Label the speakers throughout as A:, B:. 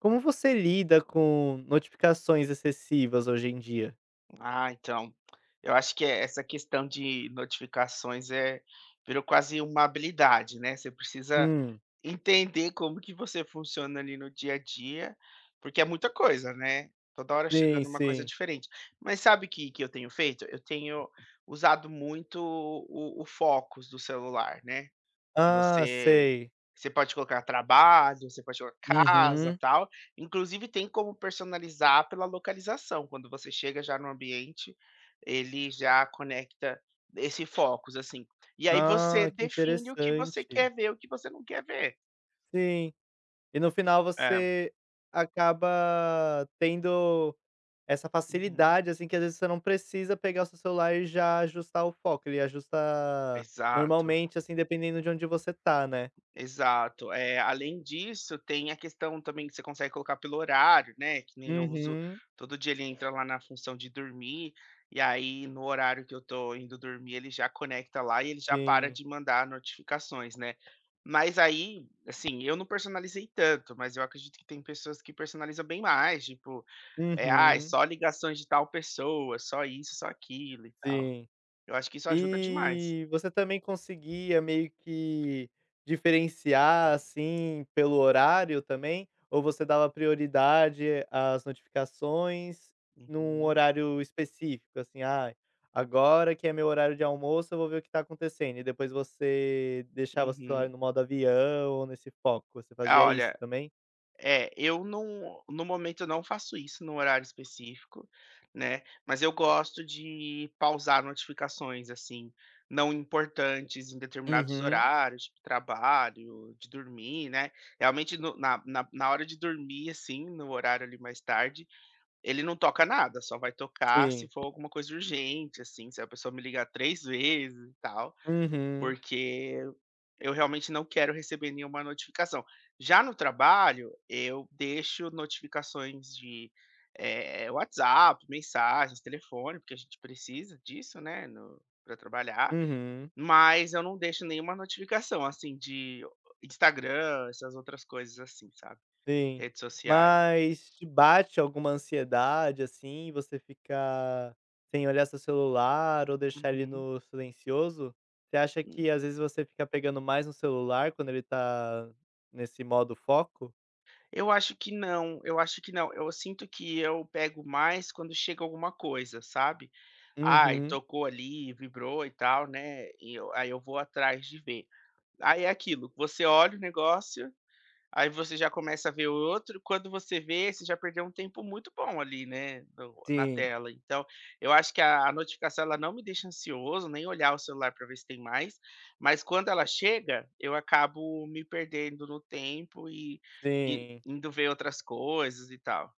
A: Como você lida com notificações excessivas hoje em dia?
B: Ah, então, eu acho que essa questão de notificações virou quase uma habilidade, né. Você precisa
A: Hum,
B: entender como que você funciona ali no dia a dia, porque é muita coisa, né, toda hora
A: sim,
B: chegando uma coisa
A: sim.
B: diferente. Mas sabe o que que eu tenho feito? Eu tenho usado muito o Focus do celular, né. de
A: Ah,
B: você
A: sei.
B: você pode colocar trabalho, você pode colocar casa,
A: Uhum.
B: tal. Inclusive tem como personalizar pela localização. Quando você chega já no ambiente, ele já conecta esse focus, assim. E aí você
A: Ah, que
B: define o que você
A: interessante.
B: quer ver, o que você não quer ver.
A: Sim. E no final
B: É.
A: você acaba tendo essa
B: Uhum.
A: facilidade, assim, que às vezes você não precisa pegar o seu celular e já ajustar o foco, ele ajusta
B: Exato.
A: normalmente, assim, dependendo de onde você tá, né?
B: Exato. Além disso, tem a questão também que você consegue colocar pelo horário, né, que nem eu uso
A: Uhum.
B: todo dia. Ele entra lá na função de dormir, e aí no horário que eu tô indo dormir, ele já conecta lá e ele já para
A: Sim.
B: de mandar notificações, né. Mas aí, assim, eu não personalizei tanto, mas eu acredito que tem pessoas que personalizam bem mais, tipo, "Ai,
A: Uhum.
B: só ligações de tal pessoa, só isso, só aquilo e tal".
A: Sim.
B: Eu acho que isso ajuda demais.
A: E você também conseguia meio que diferenciar, assim, pelo horário também? Ou você dava prioridade às notificações num
B: Uhum,
A: horário específico? Assim, "Ah, agora que é meu horário de almoço, eu vou ver o que tá acontecendo", e depois você deixava seu celular
B: uhum.
A: no modo avião ou nesse foco, você
B: Ah,
A: fazia isso
B: olha.
A: também?
B: É, eu não no momento eu não faço isso num horário específico, né, mas eu gosto de pausar notificações, assim, não importantes em determinados
A: Uhum.
B: horários, tipo trabalho, de dormir, né. Realmente no na na na hora de dormir, assim, no horário ali mais tarde, ele não toca nada, só vai tocar se
A: Sim.
B: for alguma coisa urgente, assim, se a pessoa me ligar 3 vezes e tal,
A: Uhum,
B: porque eu realmente não quero receber nenhuma notificação. Já no trabalho, eu deixo notificações de WhatsApp, mensagens, telefone, porque a gente precisa disso, né, para trabalhar,
A: uhum.
B: mas eu não deixo nenhuma notificação, assim, de Instagram, essas outras coisas assim, sabe,
A: Sim.
B: redes sociais.
A: Mas te bate alguma ansiedade, assim, você fica sem olhar seu celular ou deixar ele
B: Uhum.
A: no silencioso? Você acha que às vezes você fica pegando mais no celular quando ele tá nesse modo foco?
B: Eu acho que não, eu acho que não. Eu sinto que eu pego mais quando chega alguma coisa, sabe. Ai,
A: Uhum.
B: tocou ali, vibrou e tal, né, e eu aí eu vou atrás de ver. Aí é aquilo, você olha o negócio, aí você já começa a ver outro, quando você vê, você já perdeu um tempo muito bom ali, né, no na
A: Sim.
B: tela. Então, eu acho que a notificação ela não me deixa ansioso, nem olhar o celular para ver se tem mais, mas quando ela chega, eu acabo me perdendo no tempo e
A: Sim.
B: indo ver outras coisas e tal.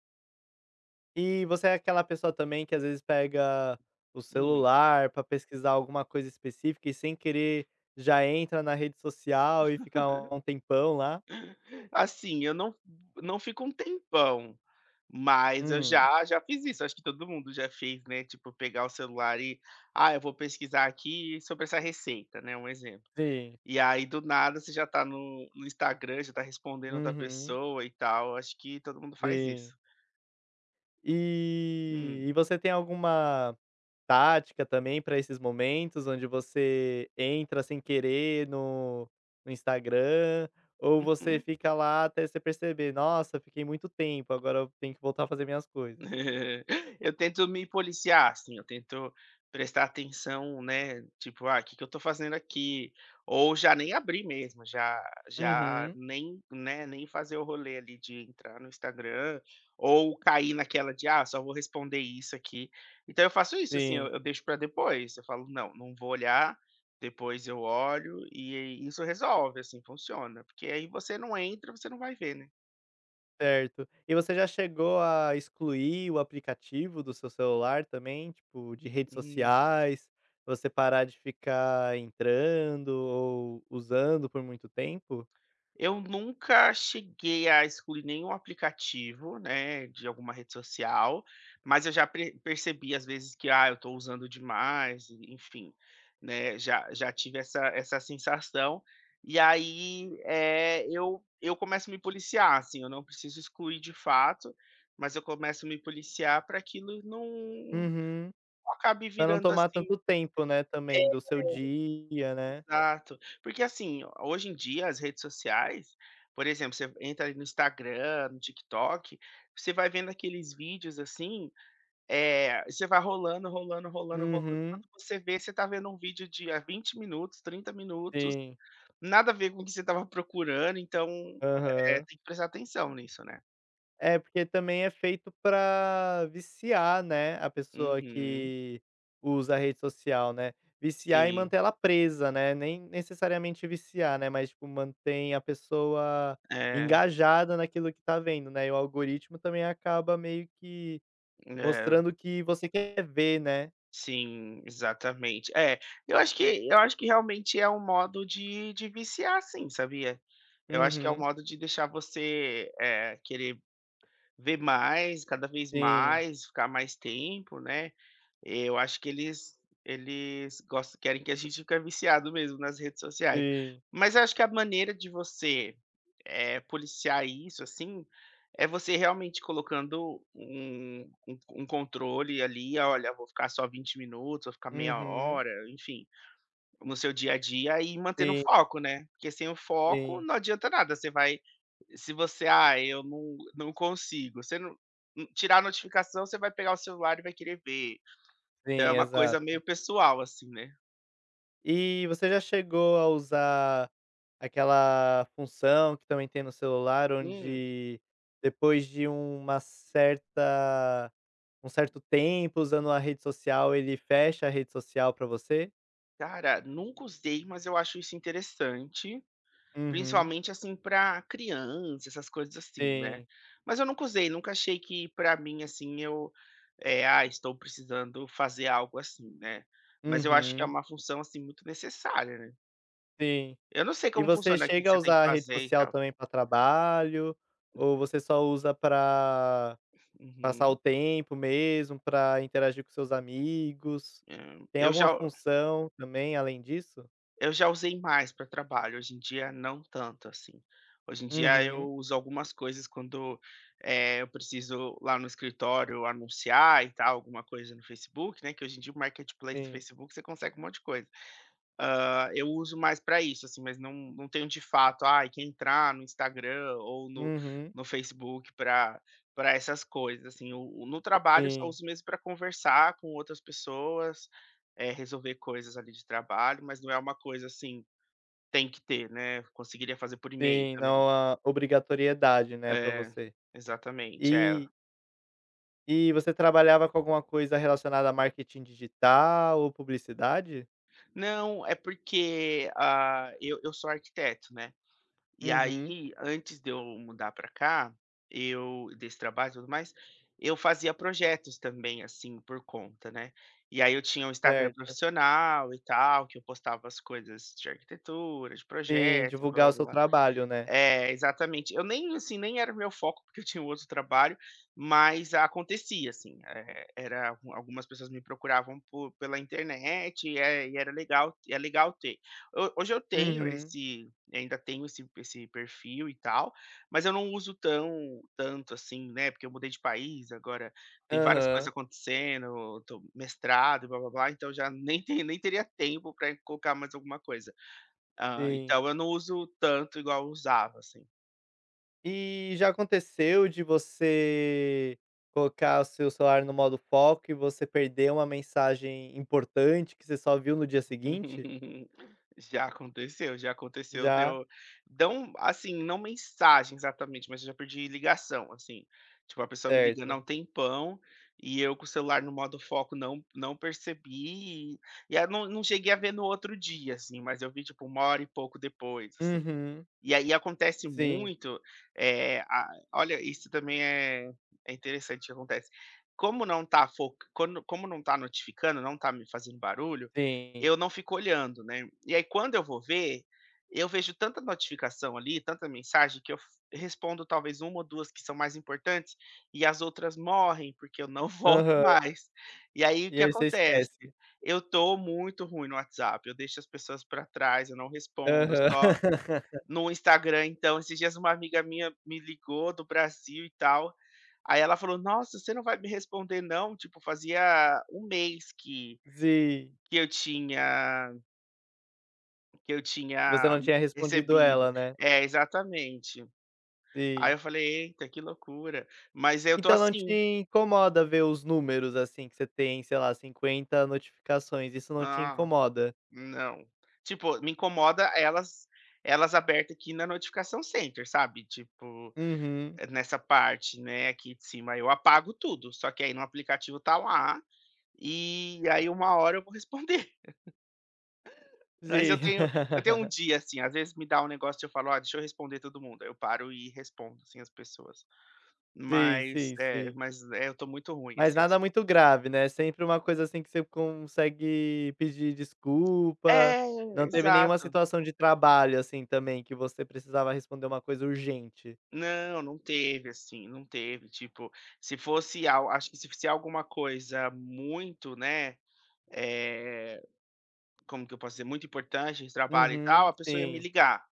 A: E você é aquela pessoa também que às vezes pega o
B: Hum.
A: celular pra pesquisar alguma coisa específica e sem querer já entra na rede social e fica um tempão lá?
B: Assim, eu não não fico um tempão, mas eu
A: Hum.
B: já já fiz isso, acho que todo mundo já fez, né, tipo pegar o celular e: "Ah, eu vou pesquisar aqui sobre essa receita", né, um exemplo.
A: Sim.
B: E aí do nada você já tá no Instagram, já tá respondendo outra
A: Uhum.
B: pessoa e tal, acho que todo mundo faz
A: Sim.
B: isso.
A: E
B: Hum.
A: e você tem alguma tática também para esses momentos onde você entra sem querer no no Instagram, ou você
B: Uhum.
A: fica lá até você perceber: "Nossa, fiquei muito tempo, agora eu tenho que voltar a fazer minhas coisas"?
B: Eu tento me policiar, assim, eu tento prestar atenção, né, tipo: "Ah, o que que eu tô fazendo aqui?" Ou já nem abrir mesmo, já já
A: Uhum.
B: nem, né, nem fazer o rolê ali de entrar no Instagram, ou cair naquela de: "Ah, só vou responder isso aqui". Então eu faço isso, assim, eu
A: Sim,
B: eu deixo pra depois, eu falo: "Não, não vou olhar", depois eu olho, e isso resolve, assim, funciona, porque aí você não entra, você não vai ver, né.
A: certo. E você já chegou a excluir o aplicativo do seu celular também, tipo, de redes
B: Hum.
A: sociais, você parar de ficar entrando ou usando por muito tempo?
B: Eu nunca cheguei a excluir nenhum aplicativo, né, de alguma rede social, mas eu já pre percebi às vezes que, ah, eu estou usando demais, enfim, né, já tive essa sensação, e aí, eu começo a me policiar, assim, eu não preciso excluir de fato, mas eu começo a me policiar pra aquilo não
A: Uhum.
B: acabe
A: Pra não
B: virando
A: tomar
B: assim.
A: tanto tempo, né, também do seu dia, né.
B: Exato. Porque assim, hoje em dia as redes sociais, por exemplo, você entra ali no Instagram, no TikTok, você vai vendo aqueles vídeos assim, você vai rolando, rolando, rolando, rolando.
A: Uhum.
B: Quando você vê, você tá vendo um vídeo de há 20 minutos, 30 minutos,
A: Sim.
B: nada a ver com o que você estava procurando, então,
A: Aham.
B: tem que prestar atenção nisso, né.
A: É, porque também é feito pra viciar, né, a pessoa
B: Uhum.
A: que usa a rede social, né. Viciar e
B: Sim.
A: manter ela presa, né, nem necessariamente viciar, né, mas, tipo, mantém a pessoa
B: É,
A: engajada naquilo que tá vendo, né, e o algoritmo também acaba meio que
B: é.
A: mostrando o que você quer ver, né.
B: Sim, exatamente. É, eu acho que realmente é um modo de viciar sim, sabia? Eu acho que é um
A: Uhum.
B: modo de deixar você, querer ver mais, cada vez
A: Sim,
B: mais, ficar mais tempo, né. Eu acho que eles gostam querem que a gente fica viciado mesmo nas redes sociais.
A: sim.
B: Mas eu acho que a maneira de você policiar isso, assim, é você realmente colocando um controle ali: "Olha, vou ficar só 20 minutos, vou ficar meia
A: Uhum.
B: hora", enfim, no seu dia a dia e mantendo o
A: Sim,
B: foco, né. Porque sem o foco
A: sim,
B: não adianta nada, você vai, se você: "Ah, eu não não consigo", você não tirar a notificação, você vai pegar o celular e vai querer ver. Então é
A: sim,
B: uma coisa meio
A: exato.
B: pessoal, assim, né.
A: E você já chegou a usar aquela função que também tem no celular,
B: Hum,
A: onde depois de uma certa um certo tempo usando a rede social, ele fecha a rede social pra você?
B: cara, nunca usei, mas eu acho isso interessante.
A: Uhum,
B: Principalmente, assim, para criança, essas coisas assim, né.
A: sim.
B: Mas eu nunca usei, nunca achei que para mim, assim, eu, "Ah, estou precisando fazer algo assim", né. Mas eu acho que é
A: Uhum,
B: uma função, assim, muito necessária, né.
A: sim.
B: Eu não sei
A: E
B: como
A: você
B: funciona aqui que
A: chega a
B: você tem que
A: usar a rede
B: fazer e
A: social
B: tal.
A: também pra trabalho, ou você só usa pra passar o
B: Uhum.
A: tempo mesmo para interagir com seus amigos.
B: Hã,
A: Tem
B: eu
A: alguma
B: já
A: função também além disso?
B: Eu já usei mais para trabalho, hoje em dia não tanto, assim. Hoje em dia
A: Uhum,
B: eu uso algumas coisas quando, eu preciso lá no escritório anunciar e tal, alguma coisa no Facebook, né, que hoje em dia o marketplace do
A: sim.
B: Facebook você consegue um monte de coisa. Hã, eu uso mais para isso, assim, mas não não tenho de fato, ai, que entrar no Instagram ou
A: Uhum,
B: no Facebook para essas coisas, assim. O No trabalho eu só
A: sim,
B: uso mesmo para conversar com outras pessoas, resolver coisas ali de trabalho, mas não é uma coisa assim, tem que ter, né, conseguiria fazer por e-mail
A: sim.
B: também.
A: Não há obrigatoriedade, né, para
B: É,
A: você.
B: exatamente, é.
A: E e você trabalhava com alguma coisa relacionada a marketing digital ou publicidade?
B: Não, é porque, ah, eu sou arquiteto, né. E
A: Uhum,
B: aí, antes de eu mudar para cá, eu desse trabalho e tudo mais, eu fazia projetos também, assim, por conta, né. E aí eu tinha um Instagram
A: certo.
B: profissional e tal, que eu postava as coisas de arquitetura, de
A: Sim,
B: projeto,
A: divulgar o seu
B: blá-blá-blá.
A: trabalho, né.
B: É, exatamente. Eu nem, assim, nem era o meu foco, porque eu tinha um outro trabalho, mas acontecia, assim, era um, algumas pessoas me procuravam por pela internet, e era legal, é legal ter. Ho Hoje eu tenho
A: Uhum,
B: esse esse perfil e tal, mas eu não uso tão tanto assim, né, porque eu mudei de país, agora tem várias coisas
A: aham,
B: acontecendo, tô mestrado e blá-blá-blá, então já nem te nem teria tempo para colocar mais alguma coisa. Ah,
A: sim.
B: então eu não uso tanto igual eu usava, assim.
A: E já aconteceu de você colocar o seu celular no modo foco e você perder uma mensagem importante que você só viu no dia seguinte?
B: Já aconteceu,
A: Já?
B: eu, assim, não mensagem exatamente, mas eu já perdi ligação, assim. Tipo, a pessoa me ligando há
A: Certo.
B: um tempão e eu com o celular no modo foco não percebi, e aí não cheguei a ver no outro dia, assim, mas eu vi, tipo, 1 hora e pouco depois, assim.
A: Uhum.
B: E aí acontece
A: Sim,
B: muito, eh, a olha, isso também é interessante que acontece. Como não tá fo quando como não tá notificando, não tá me fazendo barulho,
A: sim.
B: eu não fico olhando, né. E aí quando eu vou ver, eu vejo tanta notificação ali, tanta mensagem, que eu f respondo talvez uma ou 2 que são mais importantes, e as outras morrem, porque eu não volto
A: Aham.
B: mais. E aí o
A: E
B: que
A: aí você
B: acontece?
A: esquece.
B: Eu tô muito ruim no WhatsApp, eu deixo as pessoas para trás, eu não respondo,
A: Aham.
B: só no Instagram. Então, esses dias uma amiga minha me ligou do Brasil e tal, aí ela falou: "Nossa, você não vai me responder não?" Tipo, fazia um mês que
A: Sim.
B: que eu tinha que eu
A: Você
B: tinha
A: não tinha respondido
B: recebido.
A: ela, né.
B: É, exatamente. Aí
A: Sim.
B: eu falei: "Eita, que loucura". Mas eu tô
A: Então não te
B: assim:
A: incomoda ver os números, assim, que você tem, sei lá, 50 notificações, isso não te
B: "Ah,
A: incomoda?
B: não". Tipo, me incomoda elas abertas aqui na notificação center, sabe, tipo,
A: Uhum.
B: nessa parte, né, aqui de cima. Eu apago tudo, só que aí no aplicativo tá lá. E aí uma hora eu vou responder. Mas
A: Sim.
B: eu tenho um dia, assim, às vezes me dá um negócio de eu falo: "Ó, deixa eu responder todo mundo". Aí eu paro e respondo, assim, as pessoas.
A: Sim, sim, sim.
B: Mas é, eu tô muito ruim,
A: Mas
B: assim, eu.
A: nada muito grave, né, é sempre uma coisa, assim, que você consegue pedir desculpa.
B: É,
A: Não teve nenhuma
B: exato.
A: situação de trabalho, assim, também, que você precisava responder uma coisa urgente?
B: Não, não teve, assim, não teve, tipo, se fosse al acho que se fosse alguma coisa muito, né, eh, como que eu posso dizer, muito importante de trabalho e tal,
A: Uhum,
B: a pessoa ia me
A: sim.
B: ligar,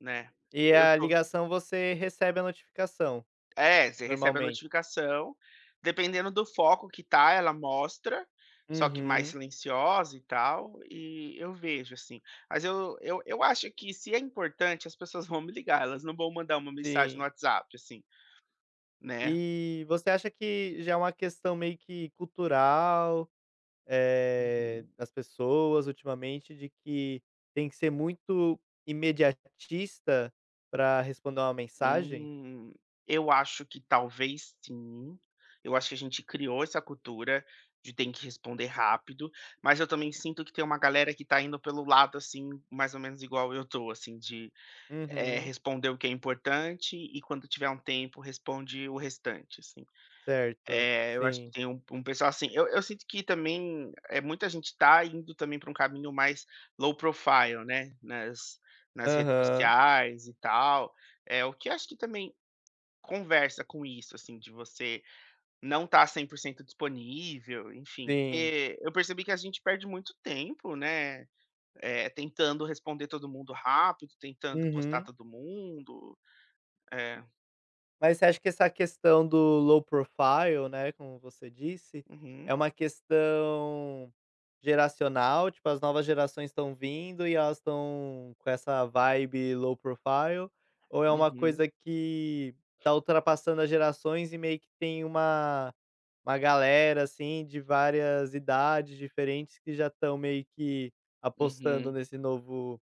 B: né.
A: E
B: Eu
A: a
B: tô
A: ligação você recebe a notificação,
B: É, você recebe a
A: normalmente?
B: notificação, dependendo do foco que tá, ela mostra, só que mais
A: Uhum,
B: silenciosa e tal, e eu vejo, assim. Mas eu acho que se é importante, as pessoas vão me ligar, elas não vão mandar uma mensagem no
A: sim.
B: WhatsApp, assim, né.
A: E você acha que já é uma questão meio que cultural?
B: Uhum.
A: Nas pessoas ultimamente de que tem que ser muito imediatista para responder uma mensagem?
B: Hum, eu acho que talvez sim, eu acho que a gente criou essa cultura de tem que responder rápido, mas eu também sinto que tem uma galera que tá indo pelo lado, assim, mais ou menos igual eu tô, assim, de eh,
A: Uhum,
B: responder o que é importante e quando tiver um tempo responde o restante, assim.
A: certo.
B: Eh, eu acho que
A: Sim.
B: tem um pessoal assim, eu sinto que também, é muita gente tá indo também para um caminho mais low profile, né, nas redes
A: Aham,
B: sociais e tal. É o que eu acho que também conversa com isso, assim, de você não estar tá 100% disponível, enfim,
A: sim.
B: porque eu percebi que a gente perde muito tempo, né, tentando responder todo mundo rápido, tentando postar
A: Uhum.
B: todo mundo. eh
A: Mas você acha que essa questão do low profile, né, como você disse,
B: Uhum,
A: é uma questão geracional? Tipo, as novas gerações estão vindo e elas estão com essa vibe low profile? Ou é uma
B: uhum,
A: coisa que tá ultrapassando as gerações e meio que tem uma galera, assim, de várias idades diferentes que já estão meio que apostando
B: uhum.
A: nesse novo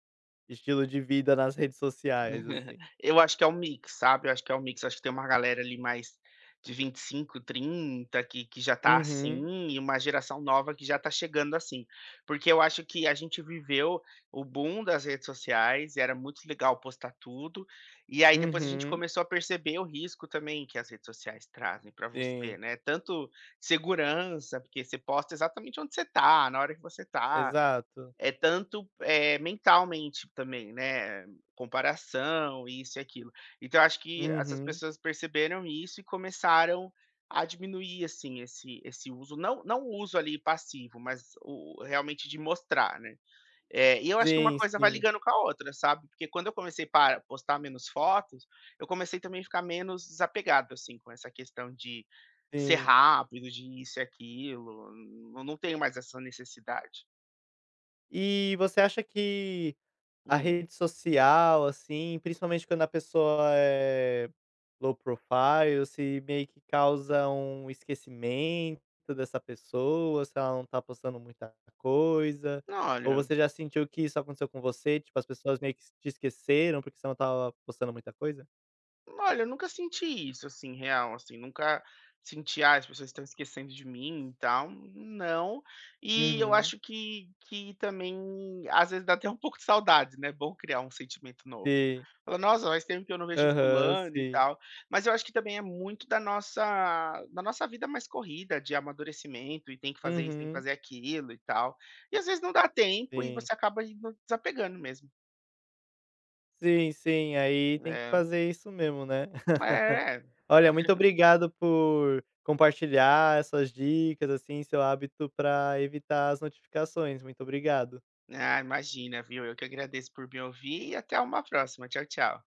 A: estilo de vida nas redes sociais, assim?
B: Eu acho que é um mix, sabe, eu acho que é um mix, acho que tem uma galera ali mais de 25, 30, que já tá
A: Uhum,
B: assim, e uma geração nova que já tá chegando assim. Porque eu acho que a gente viveu o boom das redes sociais, e era muito legal postar tudo, e aí depois a gente
A: uhum.
B: começou a perceber o risco também que as redes sociais trazem pra você,
A: Sim,
B: né, tanto segurança, porque você posta exatamente onde você tá, na hora que você tá.
A: exato.
B: É tanto, mentalmente também, né, comparação, isso e aquilo. Então eu acho que essas
A: Uhum.
B: pessoas perceberam isso e começaram a diminuir, assim, esse uso, não o uso ali passivo, mas o realmente de mostrar, né. E eu acho que uma
A: Sim,
B: coisa vai
A: sim,
B: ligando com a outra, sabe, porque quando eu comecei para postar menos fotos, eu comecei também a ficar menos desapegado, assim, com essa questão de ser
A: sim.
B: rápido, de isso e aquilo, não tenho mais essa necessidade.
A: E você acha que a
B: Hum.
A: rede social, assim, principalmente quando a pessoa é low profile, se meio que causa um esquecimento dessa pessoa, se ela não tá postando muita coisa, ou
B: Olha,
A: você já sentiu que isso aconteceu com você? Tipo, as pessoas meio que te esqueceram porque você não estava postando muita coisa?
B: olha, eu nunca senti isso, assim, real, assim, nunca senti, ah, as pessoas estão esquecendo de mim e tal, não. E eu
A: Uhum.
B: acho que, também, às vezes, dá até um pouco de saudade, né? É bom criar um sentimento novo.
A: Sim.
B: Fala, nossa, faz tempo que eu não vejo
A: Aham,
B: fulano e
A: sim.
B: tal. Mas eu acho que também é muito da nossa, vida mais corrida, de amadurecimento, e tem que fazer isso, tem que
A: Uhum.
B: fazer aquilo e tal. E às vezes não dá tempo e
A: Sim.
B: você acaba indo desapegando mesmo.
A: Sim, sim, aí tem que
B: É,
A: fazer isso mesmo, né.
B: é.
A: Olha, muito obrigado por compartilhar essas dicas, assim, seu hábito para evitar as notificações. Muito obrigado.
B: Ah, imagina, viu? Eu que agradeço por me ouvir e até uma próxima. Tchau, tchau.